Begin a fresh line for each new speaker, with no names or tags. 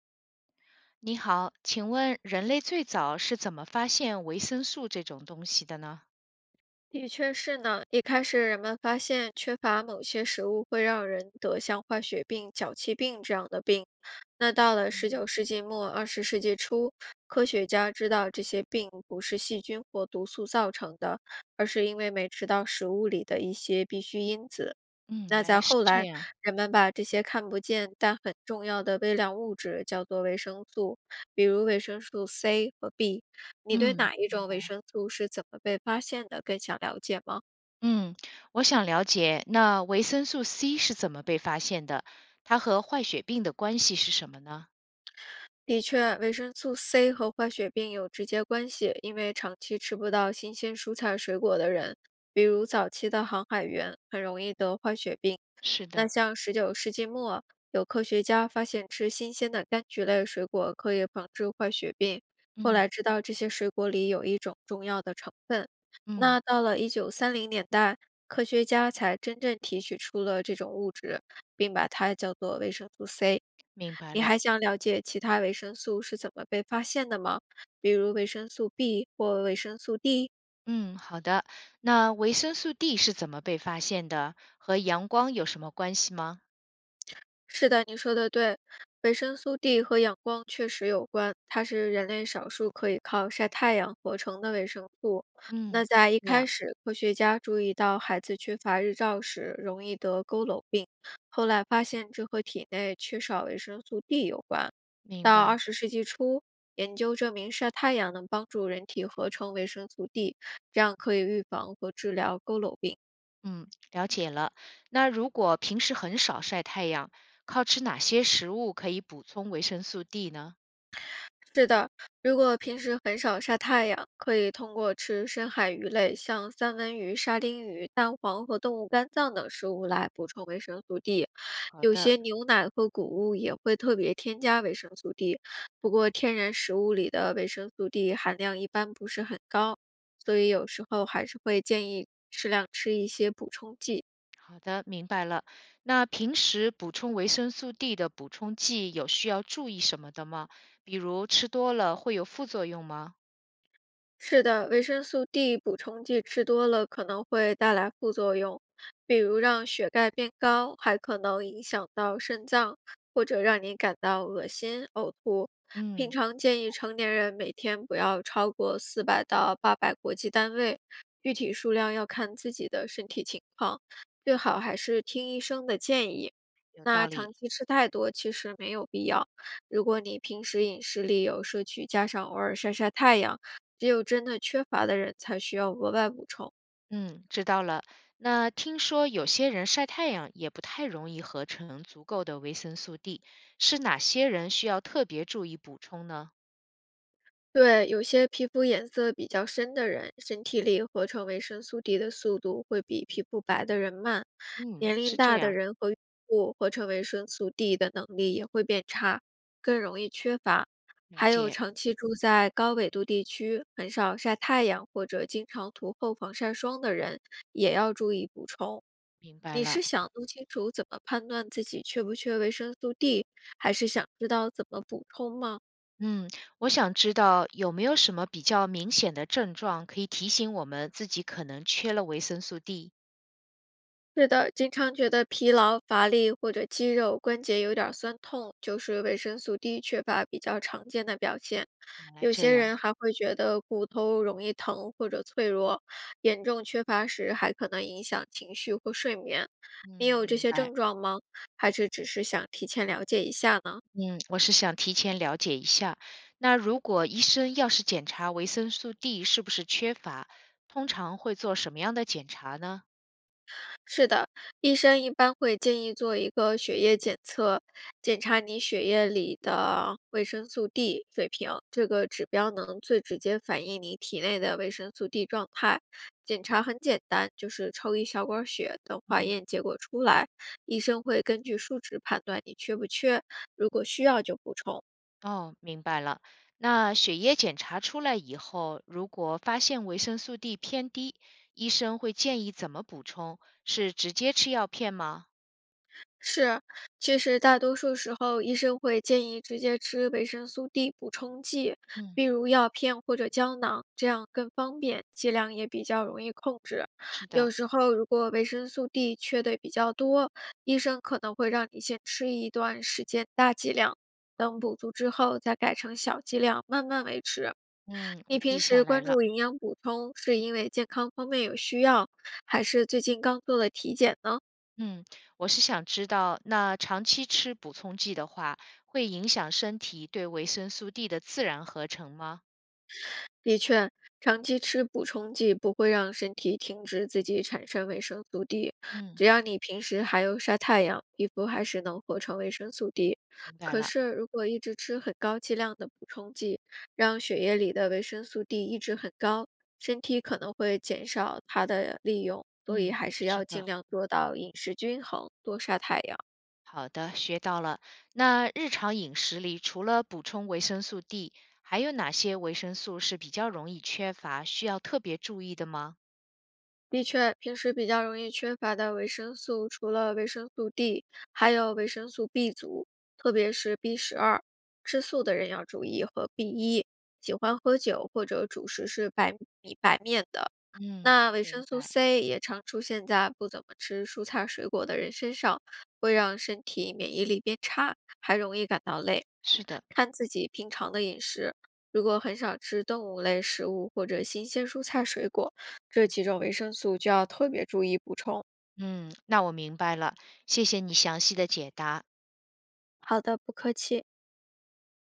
你好，请问人类最早是怎么发现维生素这种东西的呢？
的确是呢，一开始人们发现缺乏某些食物会让人得像坏血病、脚气病这样的病。那到了十九
嗯，
世纪末、二十世纪初，科学家知道这些病不是细菌或毒素造成的，而是因为没吃到食物里的一些必需因子。
嗯，
那
原来
在
是
后
这
来，
样。
人们把这些看不见但很重要的微量物质叫做维生素，比如维生素 C 和 B。你对
嗯，
哪一
明
种维
白。
生素是怎么被发现的更想了解吗？
嗯，我想了解，那维生素 C 是怎么被发现的？它和坏血病的关系是什么呢？
的确，维生素 C 和坏血病有直接关系，因为长期吃不到新鲜蔬菜水果的人，比如早期的航海员，很容易得坏血病。
是
那
的，
像十九世纪末，有科学家发现吃新鲜的柑橘类水果可以防治坏血病，后
嗯
来知道这些水果里有一种重要的成分。
嗯，
那到了1930年代，科学家才真正提取出了这种物质，并把它叫做维生素 C。
明白
你
了。
还想了解其他维生素是怎么被发现的吗？比如维生素 B 或维生素 D？
嗯，好的。那维生素 D 是怎么被发现的？和阳光有什么关系吗？
是的，你说的对，维生素 D 和阳光确实有关，它是人类少数可以靠晒太阳合成的维生素。
嗯，
那
是
在一
这
开
样，
始，科学家注意到孩子缺乏日照时容易得佝偻病，后来发现这和体内缺少维生素 D 有关。
明
到
白。
二十世纪初，研究证明晒太阳能帮助人体合成维生素 D，这样可以预防和治疗佝偻病。
嗯，了解了。那如果平时很少晒太阳，靠吃哪些食物可以补充维生素 D 呢？
是的，如果平时很少晒太阳，可以通过吃深海鱼类，像三文鱼、沙丁鱼、蛋黄和动物肝脏等食物来补充维生素 D。
好
有
的，
些牛奶和谷物也会特别添加维生素 D，不过天然食物里的维生素 D 含量一般不是很高，所以有时候还是会建议适量吃一些补充剂。
好的，明白了。那平时补充维生素 D 的补充剂有需要注意什么的吗？比如吃多了会有副作用吗？
是的，维生素 D 补充剂吃多了可能会带来副作用，比如让血钙变高，还可能影响到肾脏，或者让你感到恶心、呕吐。平
嗯，
常建议成年人每天不要超过400到800国际单位，具体数量要看自己的身体情况，最好还是听医生的建议。
有
那
道
长
理。
期吃太多其实没有必要。如果你平时饮食里有摄取，加上偶尔晒晒太阳。只有真的缺乏的人才需要额外补充。
嗯，知道了。那听说有些人晒太阳也不太容易合成足够的维生素 D，是哪些人需要特别注意补充呢？
对，有些皮肤颜色比较深的人，身体里合成维生素 D 的速度会比皮肤白的人慢。
嗯，
年
是
龄
这
大的
样。
人和孕妇合成维生素 D 的能力也会变差，更容易缺乏。
了
还有
解，
长期住在高纬度地区，很少晒太阳或者经常涂厚防晒霜的人，也要注意补充。
明白
你
了。
是想弄清楚怎么判断自己缺不缺维生素 D，还是想知道怎么补充吗？
嗯，我想知道有没有什么比较明显的症状可以提醒我们自己可能缺了维生素 D？
是的，经常觉得疲劳、乏力或者肌肉、关节有点儿酸痛，就是维生素 D 缺乏比较常见的表现。
原来
有
这
些
样，
人还会觉得骨头容易疼或者脆弱，严重缺乏时还可能影响情绪或睡眠。你
嗯，
有这
明
些
白。
症状吗？还是只是想提前了解一下呢？
嗯，我是想提前了解一下。那如果医生要是检查维生素 D 是不是缺乏，通常会做什么样的检查呢？
是的，医生一般会建议做一个血液检测，检查你血液里的维生素 D 水平，这个指标能最直接反映你体内的维生素 D 状态。检查很简单，就是抽一小管血，等化
嗯。
验结果出来，医生会根据数值判断你缺不缺，如果需要就补充。
哦，明白了。那血液检查出来以后，如果发现维生素 D 偏低，医生会建议怎么补充？是直接吃药片吗？
是，其实大多数时候，医生会建议直接吃维生素 D 补充剂，
嗯，
比如药片或者胶囊，这样更方便，剂量也比较容易控制。
是
有
的，
时候，如果维生素 D 缺的比较多，医生可能会让你先吃一段时间大剂量，等补足之后再改成小剂量，慢慢维持。
嗯，我
你平
记下
时
来
关
了。
注营养补充，是因为健康方面有需要，还是最近刚做了体检呢？
嗯，我是想知道，那长期吃补充剂的话，会影响身体对维生素 D 的自然合成吗？
的确，长期吃补充剂不会让身体停止自己产生维生素 D，
嗯，
只要你平时还有晒太阳，皮肤还是能合成维生素 D。
明白
可
了。
是，如果一直吃很高剂量的补充剂，让血液里的维生素 D 一直很高，身体可能会减少它的利用，所以
嗯，
还是
是
要尽
的。
量做到饮食均衡，多晒太阳。
好的，学到了。那日常饮食里，除了补充维生素 D，还有哪些维生素是比较容易缺乏，需要特别注意的吗？
的确，平时比较容易缺乏的维生素，除了维生素 D，还有维生素 B 族，特别是 B 12。吃素的人要注意和 B 一。喜欢喝酒或者主食是白米白面的，
嗯，
那维
明
生素
白。
C 也常出现在不怎么吃蔬菜水果的人身上，会让身体免疫力变差，还容易感到累。
是的。
看自己平常的饮食，如果很少吃动物类食物或者新鲜蔬菜水果，这几种维生素就要特别注意补充。
嗯，那我明白了，谢谢你详细的解答。
好的，不客气。